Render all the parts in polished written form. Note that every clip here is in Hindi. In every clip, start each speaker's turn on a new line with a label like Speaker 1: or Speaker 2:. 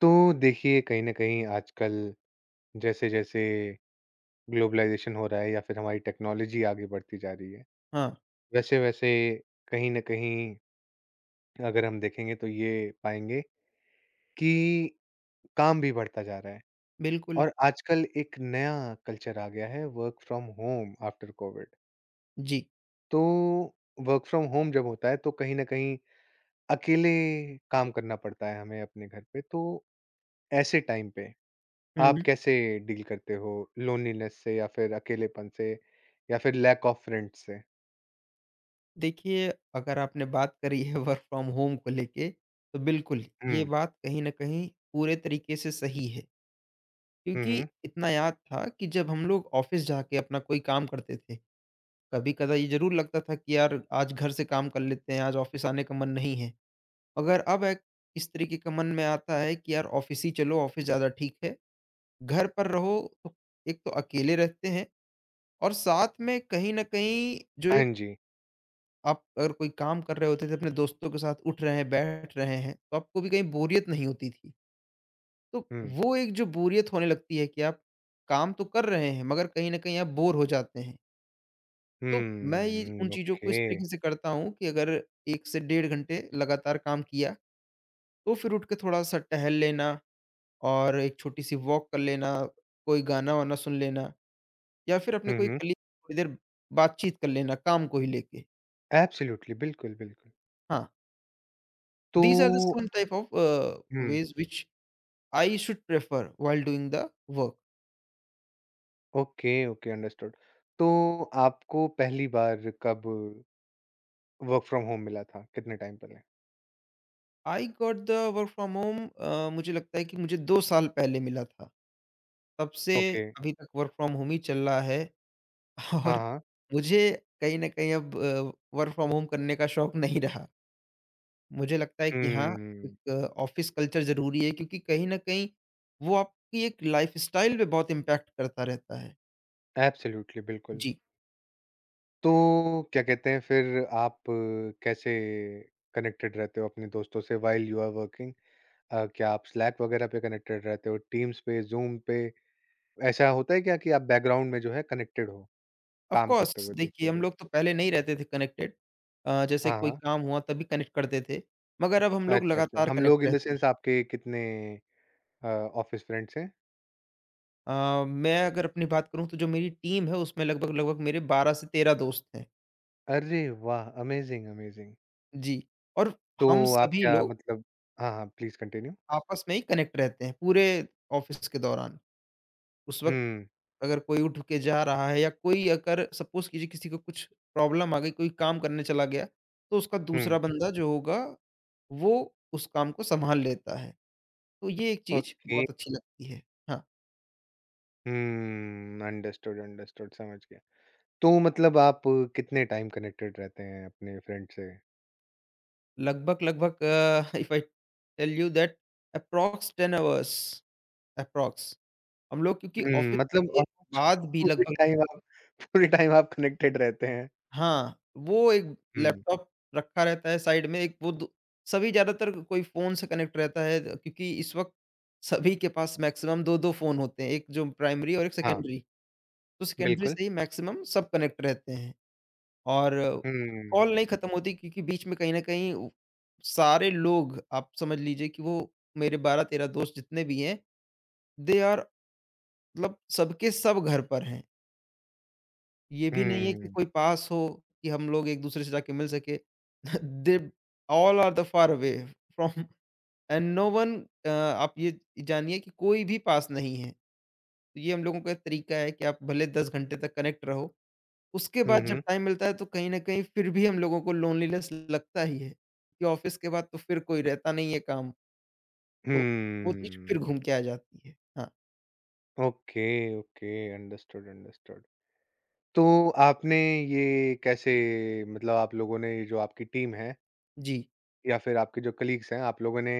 Speaker 1: तो देखिए, कहीं ना कहीं आजकल जैसे जैसे ग्लोबलाइजेशन हो रहा है या फिर हमारी टेक्नोलॉजी आगे बढ़ती जा रही है,
Speaker 2: हाँ,
Speaker 1: वैसे वैसे कहीं ना कहीं अगर हम देखेंगे तो ये पाएंगे कि काम भी बढ़ता जा रहा है।
Speaker 2: बिल्कुल,
Speaker 1: और आजकल एक नया कल्चर आ गया है, work from home after COVID.
Speaker 2: जी।
Speaker 1: तो वर्क फ्रॉम होम जब होता है तो कहीं ना कहीं अकेले काम करना पड़ता है हमें अपने घर पे। तो ऐसे टाइम पे आप
Speaker 2: हुँ।
Speaker 1: कैसे डील करते हो लोनलीनेस से या फिर अकेलेपन से या फिर लैक ऑफ फ्रेंड्स से?
Speaker 2: देखिए, अगर आपने बात करी है वर्क फ्रॉम होम को लेके, तो बिल्कुल, ये
Speaker 1: हुँ,
Speaker 2: बात कहीं न कहीं पूरे तरीके से सही है।
Speaker 1: हुँ,
Speaker 2: क्योंकि
Speaker 1: हुँ।
Speaker 2: इतना याद था कि जब हम लोग ऑफ़िस जाके अपना कोई काम करते थे, कभी-कदा ये ज़रूर लगता था कि यार आज घर से काम कर लेते हैं, आज ऑफ़िस आने का मन नहीं है। मगर अब एक इस तरीके का मन में आता है कि यार ऑफ़िस ही चलो, ऑफ़िस ज़्यादा ठीक है। घर पर रहो, तो एक तो अकेले रहते हैं और साथ में कहीं न कहीं जो
Speaker 1: हाँ जी।
Speaker 2: आप अगर कोई काम कर रहे होते थे, अपने दोस्तों के साथ उठ रहे हैं, बैठ रहे हैं, तो आपको भी कहीं बोरियत नहीं होती थी। तो
Speaker 1: हुँ,
Speaker 2: वो एक जो बोरियत होने लगती है कि आप काम तो कर रहे हैं, मगर कहीं न कहीं आप बोर हो जाते हैं। तो मैं ये उन
Speaker 1: हुँ,
Speaker 2: चीज़ों
Speaker 1: ओके।
Speaker 2: को इस तरीके से करता हूँ कि अगर 1 से डेढ़ घंटे लगातार काम किया, तो फिर उठ के थोड़ा-सा टहल लेना और एक छोटी-सी वॉक कर लेना, कोई गाना-वाना सुन लेना या फिर अपने
Speaker 1: हुँ,
Speaker 2: कोई
Speaker 1: हुँ।
Speaker 2: कलीग से थोड़ी देर बातचीत कर लेना काम को ही लेके।
Speaker 1: एब्सोल्यूटली, बिल्कुल, बिल्कुल।
Speaker 2: हाँ,
Speaker 1: तो
Speaker 2: these are the some type of
Speaker 1: hmm,
Speaker 2: ways which I should prefer while doing the work.
Speaker 1: Okay, okay, understood. तो आपको पहली बार कब वर्क फ्रॉम होम मिला था? कितने टाइम पहले?
Speaker 2: I got the work from home मुझे लगता है कि मुझे 2 साल पहले मिला था। तब से
Speaker 1: ओके।
Speaker 2: अभी तक वर्क फ्रॉम होम ही चल रहा है
Speaker 1: हाँ,
Speaker 2: और
Speaker 1: हाँ।
Speaker 2: मुझे कहीं न कहीं अब वर्क फ्रॉम होम करने का शौक नहीं रहा। मुझे लगता है कि हाँ,
Speaker 1: हुँ,
Speaker 2: एक ऑफ़िस कल्चर ज़रूरी है क्योंकि कहीं न कहीं वो आपकी एक लाइफ़स्टाइल पे बहुत इम्पैक्ट करता रहता है।
Speaker 1: एब्सोल्यूटली, बिल्कुल।
Speaker 2: जी।
Speaker 1: तो क्या कहते हैं फिर आप कैसे कनेक्टेड रहते हो अपने दोस्तों से, व्हाइल यू आर वर्किंग? क्या आप स्लैक वगैरह पे कनेक्टेड रहते हो, टीम्स पे, जूम पे? ऐसा होता है क्या कि आप बैकग्राउंड में जो है कनेक्टेड हो
Speaker 2: ऑफ
Speaker 1: काम करते
Speaker 2: कोर्स
Speaker 1: हुए
Speaker 2: देखिए,
Speaker 1: दोस्तों
Speaker 2: हम
Speaker 1: से?
Speaker 2: लोग तो पहले नहीं रहते थे कनेक्टेड। जैसे
Speaker 1: हाँ,
Speaker 2: कोई
Speaker 1: हाँ।
Speaker 2: काम हुआ तभी कनेक्ट करते थे, मगर अब हम लोग
Speaker 1: अच्छा, अच्छा,
Speaker 2: लगातार
Speaker 1: हम
Speaker 2: कनेक्ट
Speaker 1: लोग इन द
Speaker 2: रहते
Speaker 1: सेंस
Speaker 2: हैं।
Speaker 1: आपके कितने ऑफिस फ्रेंड्स हैं?
Speaker 2: मैं अगर अपनी बात करूँ तो जो मेरी टीम है उसमें लगभग-लगभग मेरे 12 से 13 दोस्त हैं।
Speaker 1: अरे वाह, अमेजिंग, अमेजिंग।
Speaker 2: जी, और
Speaker 1: तो
Speaker 2: हम
Speaker 1: आप
Speaker 2: सभी
Speaker 1: क्या
Speaker 2: लोग
Speaker 1: मतलब, हाँ, हाँ, प्लीज कंटिन्यू।
Speaker 2: आपस में ही कनेक्ट रहते हैं पूरे ऑफ़िस के दौरान। उस वक़्त
Speaker 1: हम्म।
Speaker 2: अगर कोई उठ के जा रहा है या कोई अगर सपोज़ कीजिए किसी को कुछ प्रॉब्लम आ गई, कोई काम करने चला गया, तो उसका
Speaker 1: हम्म।
Speaker 2: दूसरा बंदा जो होगा वो उस काम को सँभाल लेता है। तो ये एक चीज़
Speaker 1: ओके।
Speaker 2: बहुत अच्छी लगती है। हाँ,
Speaker 1: हम्म, अंडरस्टूड, अंडरस्टूड, समझ गया। तो मतलब आप कितने टाइम कनेक्टेड रहते हैं अपने फ्रेंड से?
Speaker 2: लगभग-लगभग if I tell you that approx 10 hours approx हम लोग क्योंकि
Speaker 1: हुँ,
Speaker 2: ऑफ़िस
Speaker 1: मतलब
Speaker 2: के
Speaker 1: ऑलमोस्ट
Speaker 2: बाद भी
Speaker 1: पूरे
Speaker 2: लगभग
Speaker 1: टाइम आप पूरे टाइम आप कनेक्टेड रहते हैं।
Speaker 2: हाँ, वो एक
Speaker 1: हुँ,
Speaker 2: लैपटॉप रखा रहता है साइड में एक वो दो सभी ज़्यादातर कोई फ़ोन से कनेक्ट रहता है क्योंकि इस वक़्त सभी के पास मैक्सिमम 2-2 फ़ोन होते हैं, एक जो प्राइमरी और एक
Speaker 1: हाँ,
Speaker 2: सेकेंडरी। तो सेकेंडरी
Speaker 1: बिल्कुल।
Speaker 2: से ही मैक्सिमम सब कनेक्ट रहते हैं। और कॉल
Speaker 1: हुँ,
Speaker 2: नहीं खत्म होती क्योंकि बीच में कहीं न कहीं उ सारे लोग आप समझ लीजिए कि वो मेरे 12-13 दोस्त जितने भी हैं, दे आर मतलब सबके सब घर पर हैं। ये भी नहीं है
Speaker 1: हुँ,
Speaker 2: कि
Speaker 1: हुँ,
Speaker 2: कोई पास हो कि हम लोग एक-दूसरे से जाके मिल सके। They all are the far away from and no one आप ये जानिए कि कोई भी पास नहीं है। तो ये हम लोगों का तरीका है कि आप भले 10 घंटे तक कनेक्ट रहो। उसके
Speaker 1: हुँ,
Speaker 2: बाद जब
Speaker 1: हुँ।
Speaker 2: टाइम मिलता है तो कहीं न कहीं फिर भी हम लोगों को लोनलीनेस लगता ही है, कि ऑफ़िस के बाद तो फिर कोई रहता नहीं है काम, तो वो चीज़ फिर घूम के आ जाती है। हाँ,
Speaker 1: ओके, ओके, अंडरस्टूड, अंडरस्टूड। तो आपने ये कैसे, मतलब आप लोगों ने ये जो आपकी टीम है
Speaker 2: जी।
Speaker 1: या फिर आपके जो कलीग्स हैं, आप लोगों ने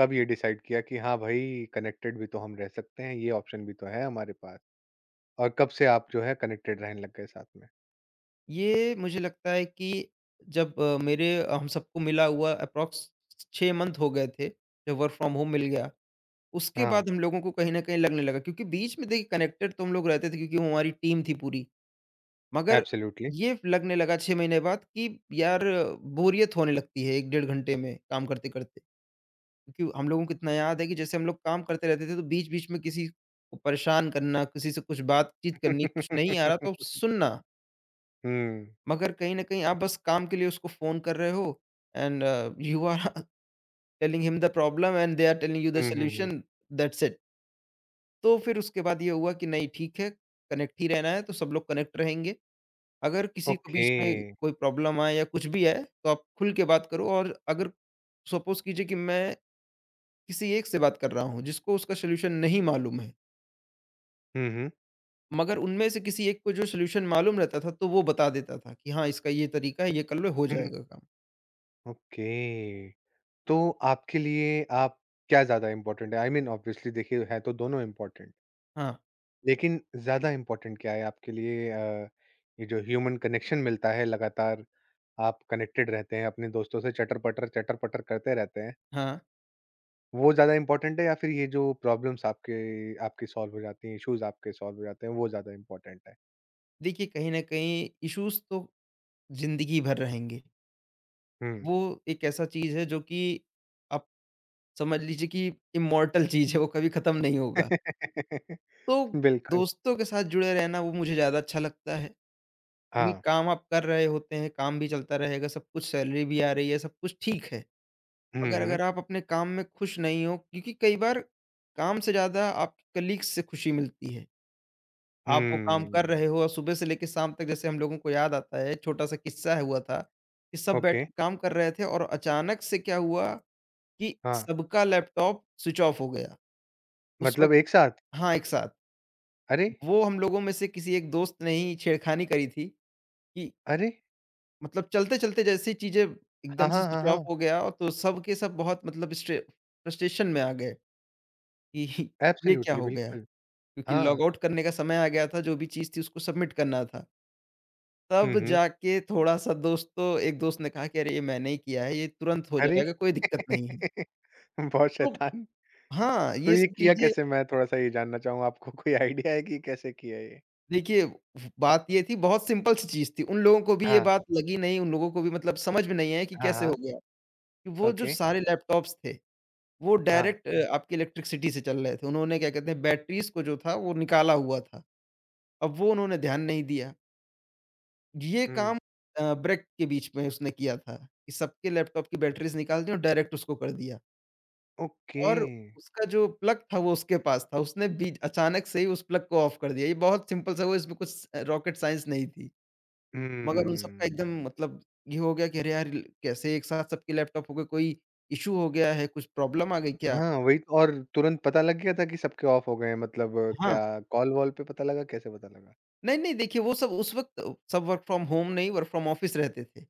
Speaker 1: कब ये डिसाइड किया कि हाँ भाई, कनेक्टेड भी तो हम रह सकते हैं, ये ऑप्शन भी तो है हमारे पास? और कब से आप जो है कनेक्टेड रहने लग गए साथ में?
Speaker 2: ये मुझे लगता है कि जब हम सबको मिला हुआ अप्रॉक्स 6 मंथ हो गए थे, जब वर्क फ्रॉम होम मिल गया। उसके
Speaker 1: हाँ,
Speaker 2: बाद हम लोगों को कहीं न कहीं लगने लगा क्योंकि बीच में देखिए कनेक्टेड तो हम लोग रहते थे क्योंकि वो हमारी टीम थी पूरी। मगर
Speaker 1: एब्सोल्युटली।
Speaker 2: ये लगने लगा 6 महीने बाद कि यार बोरियत होने लगती है 1 डेढ़ घंटे में काम करते-करते। क्योंकि हम लोगों को इतना याद है कि जैसे हम लोग काम करते रहते थे, तो बीच-बीच में किसी को परेशान करना, किसी से कुछ बातचीत करनी, कुछ नहीं आ रहा तो सुनना।
Speaker 1: हुँ।
Speaker 2: मगर कहीं न कहीं आप बस काम के लिए उसको फ़ोन कर रहे हो and you are telling him the problem and they are telling you the
Speaker 1: hmm, hmm, hmm.
Speaker 2: Solution, that's it. तो फिर उसके बाद ये हुआ कि नहीं ठीक है, कनेक्ट ही रहना है तो सब लोग कनेक्ट रहेंगे। अगर किसी को
Speaker 1: ओके।
Speaker 2: बीच में कोई प्रॉब्लम आए या कुछ भी आए, तो आप खुल के बात करो और अगर सपोज़ कीजिए कि मैं किसी एक से बात कर रहा हूँ, जिसको उसका सॉल्यूशन नहीं मालूम है।
Speaker 1: हुँ, हुँ।
Speaker 2: मगर उनमें से किसी एक को जो सॉल्यूशन मालूम रहता था, तो वो बता देता था कि हाँ, इसका ये तरीका है, ये कर लो, हो
Speaker 1: हुँ,
Speaker 2: जाएगा काम।
Speaker 1: ओके। तो आपके लिए आप क्या ज़्यादा इम्पोर्टेंट है? आई मीन, ऑब्वियसली देखिए है तो दोनों इम्पोर्टेंट।
Speaker 2: हाँ,
Speaker 1: लेकिन ज़्यादा इम्पोर्टेंट क्या है आपके लिए ये जो ह्यूमन कनेक्शन मिलता है लगातार, आप कनेक्टेड रहते हैं अपने दोस्तों से, चटर-पटर, चटर-पटर करते रहते हैं।
Speaker 2: हाँ।
Speaker 1: वो ज़्यादा इम्पोर्टेंट है या फिर ये जो प्रॉब्लम्स आपके आपकी सॉल्व हो जाती हैं, इश्यूज़ आपके सॉल्व हो जाते हैं, वो ज़्यादा इम्पोर्टेंट है?
Speaker 2: देखिए, कहीं न कहीं इश्यूज़ तो ज़िंदगी भर रहेंगे।
Speaker 1: हुँ।
Speaker 2: वो एक ऐसा चीज़ है जो कि आप समझ लीजिए कि इम्मॉर्टल चीज़ है, वो कभी खत्म नहीं होगा। तो
Speaker 1: बिल्कुल,
Speaker 2: दोस्तों के साथ जुड़े रहना वो मुझे ज़्यादा अच्छा लगता है क्योंकि
Speaker 1: हाँ।
Speaker 2: काम आप कर रहे होते हैं, काम भी चलता रहेगा, सब कुछ सैलरी भी आ रही है, सब कुछ ठीक है।
Speaker 1: हुँ,
Speaker 2: अगर
Speaker 1: हुँ।
Speaker 2: अगर आप अपने काम में खुश नहीं हो क्योंकि कई बार काम से ज़्यादा आपके कलीग्स से खुशी मिलती है। आप वो काम कर
Speaker 1: हुँ,
Speaker 2: रहे हो और सुबह से लेके शाम तक जैसे हम लोगों को याद आता है, छोटा-सा किस्सा है हुआ था कि सब बैठ
Speaker 1: ओके,
Speaker 2: के काम कर रहे थे और अचानक से क्या हुआ कि
Speaker 1: हाँ।
Speaker 2: सबका लैपटॉप स्विच ऑफ हो गया। उस
Speaker 1: मतलब
Speaker 2: वक़्त
Speaker 1: एक साथ?
Speaker 2: हाँ, एक साथ।
Speaker 1: अरे!
Speaker 2: वो हम लोगों में से किसी एक दोस्त ने ही छेड़खानी करी थी कि
Speaker 1: अरे!
Speaker 2: मतलब चलते-चलते जैसे ही चीज़ें एकदम
Speaker 1: हाँ,
Speaker 2: से
Speaker 1: हाँ, हाँ,
Speaker 2: स्विच ऑफ
Speaker 1: हाँ।
Speaker 2: हो गया और तो सब के सब बहुत मतलब स्ट्रे फ्रस्ट्रेशन में आ गए। कि ये क्या
Speaker 1: एब्सोल्युटली,
Speaker 2: हो गया?
Speaker 1: बिल्कुल।
Speaker 2: क्योंकि
Speaker 1: हाँ।
Speaker 2: लॉग आउट करने का समय आ गया था, जो भी चीज़ थी उसको सबमिट करना था।
Speaker 1: हुँ,
Speaker 2: तब
Speaker 1: हुँ।
Speaker 2: जाके थोड़ा-सा दोस्तों एक दोस्त ने कहा कि अरे! ये मैंने ही किया है, ये तुरंत हो
Speaker 1: अरे!
Speaker 2: जाएगा, कोई दिक्कत नहीं है।
Speaker 1: बहुत
Speaker 2: तो
Speaker 1: शैतान।
Speaker 2: हाँ,
Speaker 1: तो
Speaker 2: ये
Speaker 1: ये
Speaker 2: सब
Speaker 1: किया
Speaker 2: चीज़ें
Speaker 1: कैसे? मैं थोड़ा-सा ये जानना चाहूँगा, आपको कोई आइडिया है कि कैसे किया ये?
Speaker 2: देखिए बात ये थी बहुत सिंपल सी चीज़ थी। उन लोगों को भी ये
Speaker 1: हाँ।
Speaker 2: बात लगी नहीं, उन लोगों को भी मतलब समझ में नहीं आया कि
Speaker 1: हाँ,
Speaker 2: कैसे हो
Speaker 1: हाँ।
Speaker 2: गया? कि वो जो
Speaker 1: ओके।
Speaker 2: सारे लैपटॉप्स थे, वो
Speaker 1: हाँ।
Speaker 2: डायरेक्ट आपकी इलेक्ट्रिसिटी से चल रहे थे। उन्होंने क्या कहते हैं बैटरीज़ को जो था वो निकाला हुआ था। अब वो उन्होंने ध्यान नहीं दिया। ये
Speaker 1: हुँ।
Speaker 2: काम ब्रेक के बीच में उसने किया था, कि सबके लैपटॉप की बैटरीज़ निकाल दी और डायरेक्ट उसको कर दिया
Speaker 1: ओके।
Speaker 2: और उसका जो प्लग था वो उसके पास था, उसने बीच अचानक से ही उस प्लग को ऑफ कर दिया। ये बहुत सिंपल सा हुआ इसमें कुछ रॉकेट साइंस नहीं थी, मगर उन सबका
Speaker 1: हुँ।
Speaker 2: एकदम मतलब ये हो गया कि अरे यार! कैसे एक साथ सबके लैपटॉप हो गए, कोई इश्यू हो गया है, कुछ प्रॉब्लम आ गई क्या?
Speaker 1: हाँ, वही तो, और तुरंत पता लग गया था कि सबके ऑफ हो गए हैं, मतलब
Speaker 2: हाँ,
Speaker 1: क्या कॉल-वॉल पे पता लगा, कैसे पता लगा?
Speaker 2: नहीं, नहीं देखिए वो सब उस वक़्त सब वर्क फ्रॉम होम नहीं वर्क फ्रॉम ऑफिस रहते थे,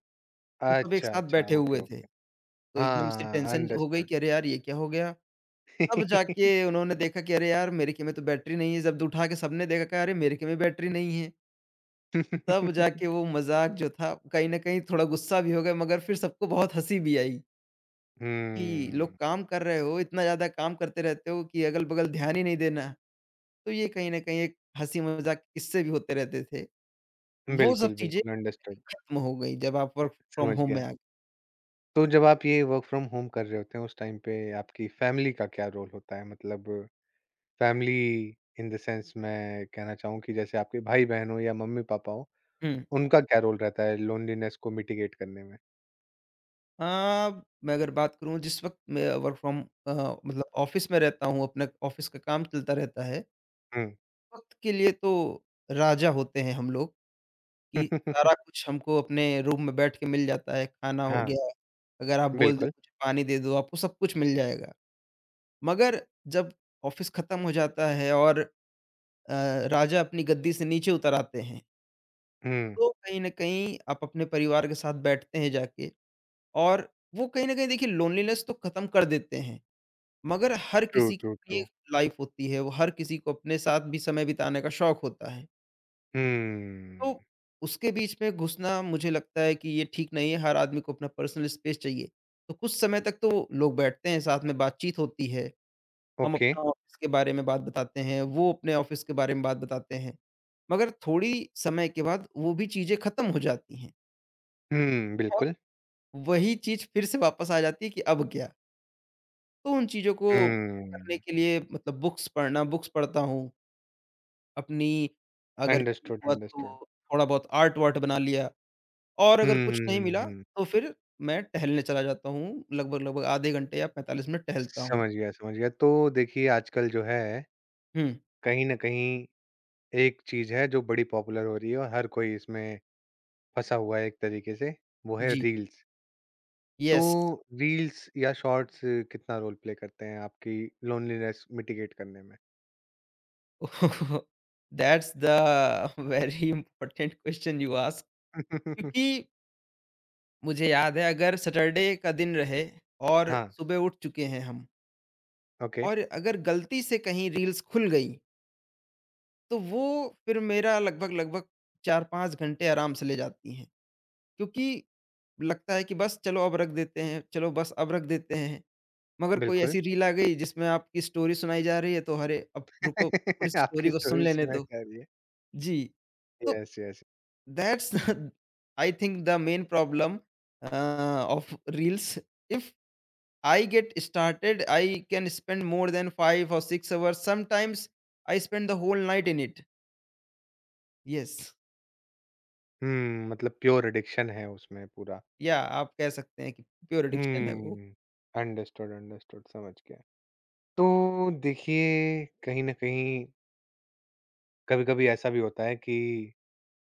Speaker 2: तो सब एक
Speaker 1: अच्छा,
Speaker 2: साथ
Speaker 1: अच्छा,
Speaker 2: बैठे
Speaker 1: ओके,
Speaker 2: हुए थे,
Speaker 1: ओके।
Speaker 2: तो एकदम से
Speaker 1: हाँ,
Speaker 2: टेंशन हो गई
Speaker 1: अंडरस्टूड।
Speaker 2: कि अरे यार! ये क्या हो गया? तब जाके उन्होंने देखा कि अरे यार! मेरे के में तो बैटरी नहीं है, जब उठा के सबने देखा कहा अरे! मेरे के में बैटरी नहीं है। तब जाके वो मज़ाक जो था कहीं न कहीं थोड़ा गुस्सा भी हो गए मगर फिर सबको बहुत हँसी भी आई कि लोग
Speaker 1: हुँ।
Speaker 2: काम कर रहे हो, इतना ज़्यादा काम करते रहते हो कि अगल-बगल ध्यान ही नहीं देना। तो ये कहीं न कहीं एक हँसी-मज़ाक किस्से भी होते रहते थे। वो सब
Speaker 1: बिल्कुल,
Speaker 2: चीज़ें
Speaker 1: बिल्कुल, अंडरस्टूड,
Speaker 2: खत्म हो गई जब आप वर्क फ्रॉम
Speaker 1: समझ
Speaker 2: होम में
Speaker 1: गया।
Speaker 2: आ गए।
Speaker 1: तो जब आप ये वर्क फ्रॉम होम कर रहे होते हैं उस टाइम पे आपकी फैमिली का क्या रोल होता है? मतलब फैमिली इन द सेंस, मैं कहना चाहूँ कि जैसे आपके भाई-बहन हो या मम्मी-पापा हो,
Speaker 2: हुँ।
Speaker 1: उनका क्या रोल रहता है लोनलीनेस को मिटिगेट करने में?
Speaker 2: अ, मैं अगर बात करूँ जिस वक़्त मैं वर्क फ्रॉम मतलब ऑफ़िस में रहता हूँ, अपना ऑफ़िस का काम चलता रहता है।
Speaker 1: हुँ।
Speaker 2: वक़्त के लिए तो राजा होते हैं हम लोग कि सारा कुछ हमको अपने रूम में बैठ के मिल जाता है, खाना हो
Speaker 1: हाँ,
Speaker 2: गया, अगर आप बोल दें
Speaker 1: बिल्कुल।
Speaker 2: कुछ पानी दे दो, आपको सब कुछ मिल जाएगा। मगर जब ऑफ़िस ख़त्म हो जाता है और राजा अपनी गद्दी से नीचे उतर आते हैं,
Speaker 1: हुँ,
Speaker 2: तो कहीं न कहीं आप अपने परिवार के साथ बैठते हैं जाके और वो कहीं न कहीं देखिए लोनलीनेस तो ख़त्म कर देते हैं, मगर हर
Speaker 1: ट्रू,
Speaker 2: किसी की
Speaker 1: ट्रू,
Speaker 2: अपनी
Speaker 1: ट्रू।
Speaker 2: एक लाइफ़ होती है, वो हर किसी को अपने साथ भी समय बिताने का शौक होता है। तो
Speaker 1: हम्म,
Speaker 2: उसके बीच में घुसना मुझे लगता है कि ये ठीक नहीं है, हर आदमी को अपना पर्सनल स्पेस चाहिए। तो कुछ समय तक तो लोग बैठते हैं, साथ में बातचीत होती है, हम
Speaker 1: ओके।
Speaker 2: अपना ऑफ़िस के बारे में बात बताते हैं, वो अपने ऑफ़िस के बारे में बात बताते हैं। मगर थोड़ी समय के बाद वो भी चीज़ें ख़त्म हो जाती हैं
Speaker 1: हुँ,
Speaker 2: और
Speaker 1: बिल्कुल।
Speaker 2: वही चीज़ फिर से वापस आ जाती है कि अब क्या? तो उन चीज़ों को ख़त्म करने
Speaker 1: हुँ,
Speaker 2: के लिए मतलब बुक्स पढ़ता हूँ। अपनी अगर कभी
Speaker 1: अंडरस्टूड,
Speaker 2: हुआ
Speaker 1: अंडरस्टूड।
Speaker 2: तो थोड़ा बहुत आर्ट-वार्ट बना लिया। और
Speaker 1: हुँ,
Speaker 2: अगर कुछ नहीं
Speaker 1: हुँ, हुँ,
Speaker 2: मिला
Speaker 1: हुँ।
Speaker 2: तो फिर मैं टहलने चला जाता हूँ, लगभग-लगभग आधे घंटे या 45 मिनट टहलता हूँ।
Speaker 1: समझ गया, समझ गया। तो देखिए आजकल जो है,
Speaker 2: हुँ,
Speaker 1: कहीं न कहीं एक चीज़ है जो बड़ी पॉपुलर हो रही है और हर कोई इसमें फँसा हुआ है एक तरीके से, वो है
Speaker 2: जी,
Speaker 1: रील्स। तो
Speaker 2: येस।
Speaker 1: रील्स या शॉर्ट्स कितना रोल प्ले करते हैं आपकी लोनलीनेस मिटिगेट करने में?
Speaker 2: That's the very important question you ask. क्योंकि मुझे याद है अगर सैटरडे का दिन रहे और
Speaker 1: हाँ,
Speaker 2: सुबह उठ चुके हैं हम,
Speaker 1: ओके,
Speaker 2: और अगर गलती से कहीं रील्स खुल गई तो वो फिर मेरा लगभग-लगभग 4-5 घंटे आराम से ले जाती हैं। क्योंकि लगता है कि बस चलो अब रख देते हैं, चलो बस अब रख देते हैं। मगर कोई
Speaker 1: बिल्कुल।
Speaker 2: ऐसी रील आ गई जिसमें आपकी स्टोरी सुनाई जा रही है तो अरे अब रुको पूरी स्टोरी
Speaker 1: आपकी
Speaker 2: को सुन
Speaker 1: स्टोरी
Speaker 2: लेने
Speaker 1: सुनाई
Speaker 2: दो।
Speaker 1: जा रही है।
Speaker 2: जी, तो
Speaker 1: yes, yes.
Speaker 2: That's I think the main problem uh, of reels. If I get started I can spend more than 5 or 6 hours sometimes I spend the whole night in it. Yes.
Speaker 1: Hmm, मतलब प्योर एडिक्शन है उसमें पूरा।
Speaker 2: या आप कह सकते हैं कि प्योर एडिक्शन है वो।
Speaker 1: हुँ, अंडरस्टूड, अंडरस्टूड, समझ गया। तो देखिए, कहीं न कहीं कभी-कभी ऐसा भी होता है कि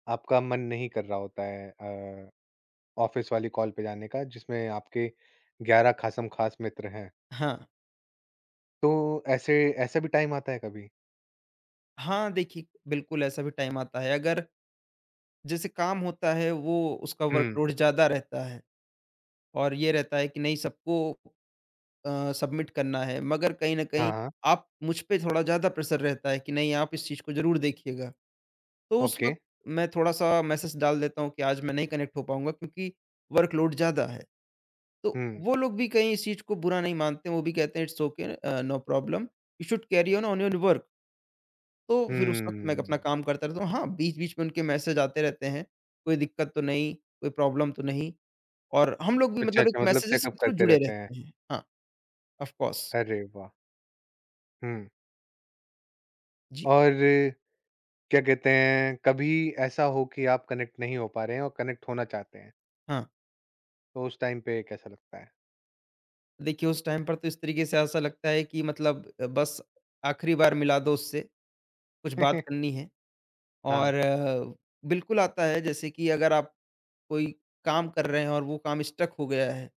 Speaker 1: आपका मन नहीं कर रहा होता है ऑफ़िस वाली कॉल पे जाने का जिसमें आपके 11 खासम-खास मित्र हैं।
Speaker 2: हाँ।
Speaker 1: तो ऐसे ऐसा भी टाइम आता है कभी?
Speaker 2: हाँ, देखिए बिल्कुल ऐसा भी टाइम आता है, अगर जैसे काम होता है वो उसका
Speaker 1: हुँ।
Speaker 2: वर्कलोड ज़्यादा रहता है और ये रहता है कि नहीं सबको सबमिट करना है, मगर कहीं न
Speaker 1: हाँ,
Speaker 2: कहीं
Speaker 1: हाँ।
Speaker 2: आप मुझ पे थोड़ा ज़्यादा प्रेशर रहता है कि नहीं आप इस चीज़ को ज़रूर देखिएगा। तो उस
Speaker 1: ओके।
Speaker 2: वक़्त मैं थोड़ा-सा मैसेज डाल देता हूँ कि आज मैं नहीं कनेक्ट हो पाऊँगा क्योंकि वर्कलोड ज़्यादा है। तो
Speaker 1: हुँ।
Speaker 2: वो लोग भी कहीं इस चीज़ को बुरा नहीं मानते हैं, वो भी कहते हैं it's okay, no problem, you should carry on your work. तो फिर उस वक़्त मैं अपना
Speaker 1: हुँ।
Speaker 2: काम करता रहता हूँ। हाँ, बीच-बीच में उनके मैसेज आते रहते हैं, कोई दिक्कत तो नहीं, कोई प्रॉब्लम तो नहीं, और हम लोग भी
Speaker 1: अच्छा,
Speaker 2: मतलब एक
Speaker 1: अच्छा, मतलब
Speaker 2: मैसेजेज़ के
Speaker 1: चेकअप
Speaker 2: थ्रू
Speaker 1: करते
Speaker 2: जुड़े
Speaker 1: रहते हैं।
Speaker 2: रहते हैं। हाँ, ऑफ कोर्स।
Speaker 1: अरे वाह! हुँ।
Speaker 2: जी,
Speaker 1: और क्या कहते हैं, कभी ऐसा हो कि आप कनेक्ट नहीं हो पा रहे हैं और कनेक्ट होना चाहते हैं,
Speaker 2: हाँ।
Speaker 1: तो उस टाइम पे कैसा लगता है?
Speaker 2: देखिए उस टाइम पर तो इस तरीके से ऐसा लगता है कि मतलब बस आखिरी बार मिला दो उससे, कुछ बात करनी है,
Speaker 1: हाँ,
Speaker 2: और बिल्कुल आता है जैसे कि अगर आप कोई काम कर रहे हैं और वो काम स्टक हो गया है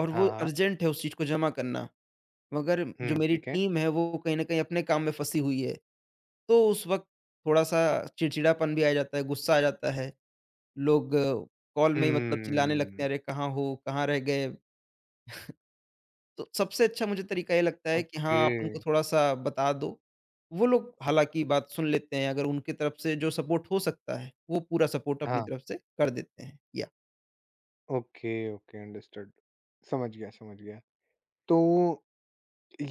Speaker 2: और वो
Speaker 1: हाँ, हाँ।
Speaker 2: अर्जेंट है उस चीज़ को जमा करना। मगर जो
Speaker 1: हुँ,
Speaker 2: मेरी
Speaker 1: ठीक है।
Speaker 2: टीम है वो कहीं न कहीं अपने काम में फँसी हुई है। तो उस वक़्त थोड़ा-सा चिड़चिड़ापन भी आ जाता है, गुस्सा आ जाता है। लोग कॉल में ही मतलब चिल्लाने लगते
Speaker 1: हम्म,
Speaker 2: हैं, "अरे! कहाँ हो? कहाँ रह गए?" तो सबसे अच्छा मुझे तरीका ये लगता है कि
Speaker 1: ओके।
Speaker 2: हाँ, आप उनको थोड़ा-सा बता दो। वो लोग हालाँकि बात सुन लेते हैं, अगर उनकी तरफ से जो सपोर्ट हो सकता है, वो पूरा सपोर्ट अपनी
Speaker 1: हाँ,
Speaker 2: तरफ से कर देते हैं। या
Speaker 1: ओके, ओके, अंडरस्टूड। समझ गया, समझ गया। तो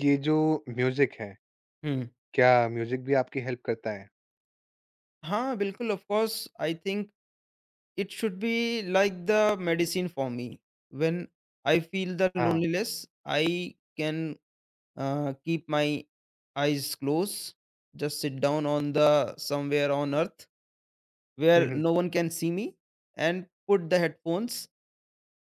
Speaker 1: ये जो म्यूज़िक है,
Speaker 2: हुँ।
Speaker 1: क्या म्यूज़िक भी आपकी हेल्प करता है?
Speaker 2: हाँ, बिल्कुल of course I think It should be like the medicine for me. When I feel the
Speaker 1: हाँ।
Speaker 2: loneliness, I can keep my eyes closed, just sit down on the somewhere on earth
Speaker 1: hmm,
Speaker 2: where
Speaker 1: hmm,
Speaker 2: no one can see me, and put the headphones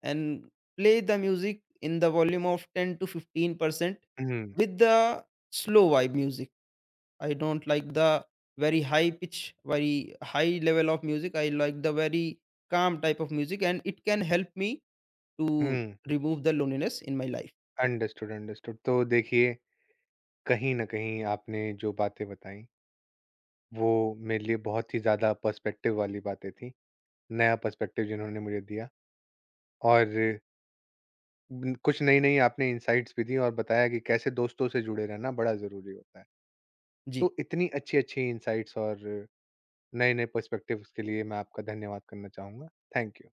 Speaker 2: and play the music in the volume of 10 to 15%
Speaker 1: hmm,
Speaker 2: with the slow vibe music. I don't like the very high pitch, very high level of music. I like the very calm type of music, and it can help me to
Speaker 1: hmm.
Speaker 2: remove the loneliness in my life.
Speaker 1: Understood, understood. तो देखिए, कहीं न कहीं आपने जो बातें बताई वो मेरे लिए बहुत ही ज़्यादा पर्सपेक्टिव वाली बातें थी। नया पर्सपेक्टिव जिन्होंने मुझे दिया और कुछ नई-नई आपने इनसाइट्स भी दी और बताया कि कैसे दोस्तों से जुड़े रहना बड़ा ज़रूरी होता है।
Speaker 2: जी
Speaker 1: तो इतनी अच्छी-अच्छी इनसाइट्स और नए-नए पर्सपेक्टिव्स के लिए मैं आपका धन्यवाद करना चाहूँगा। Thank you.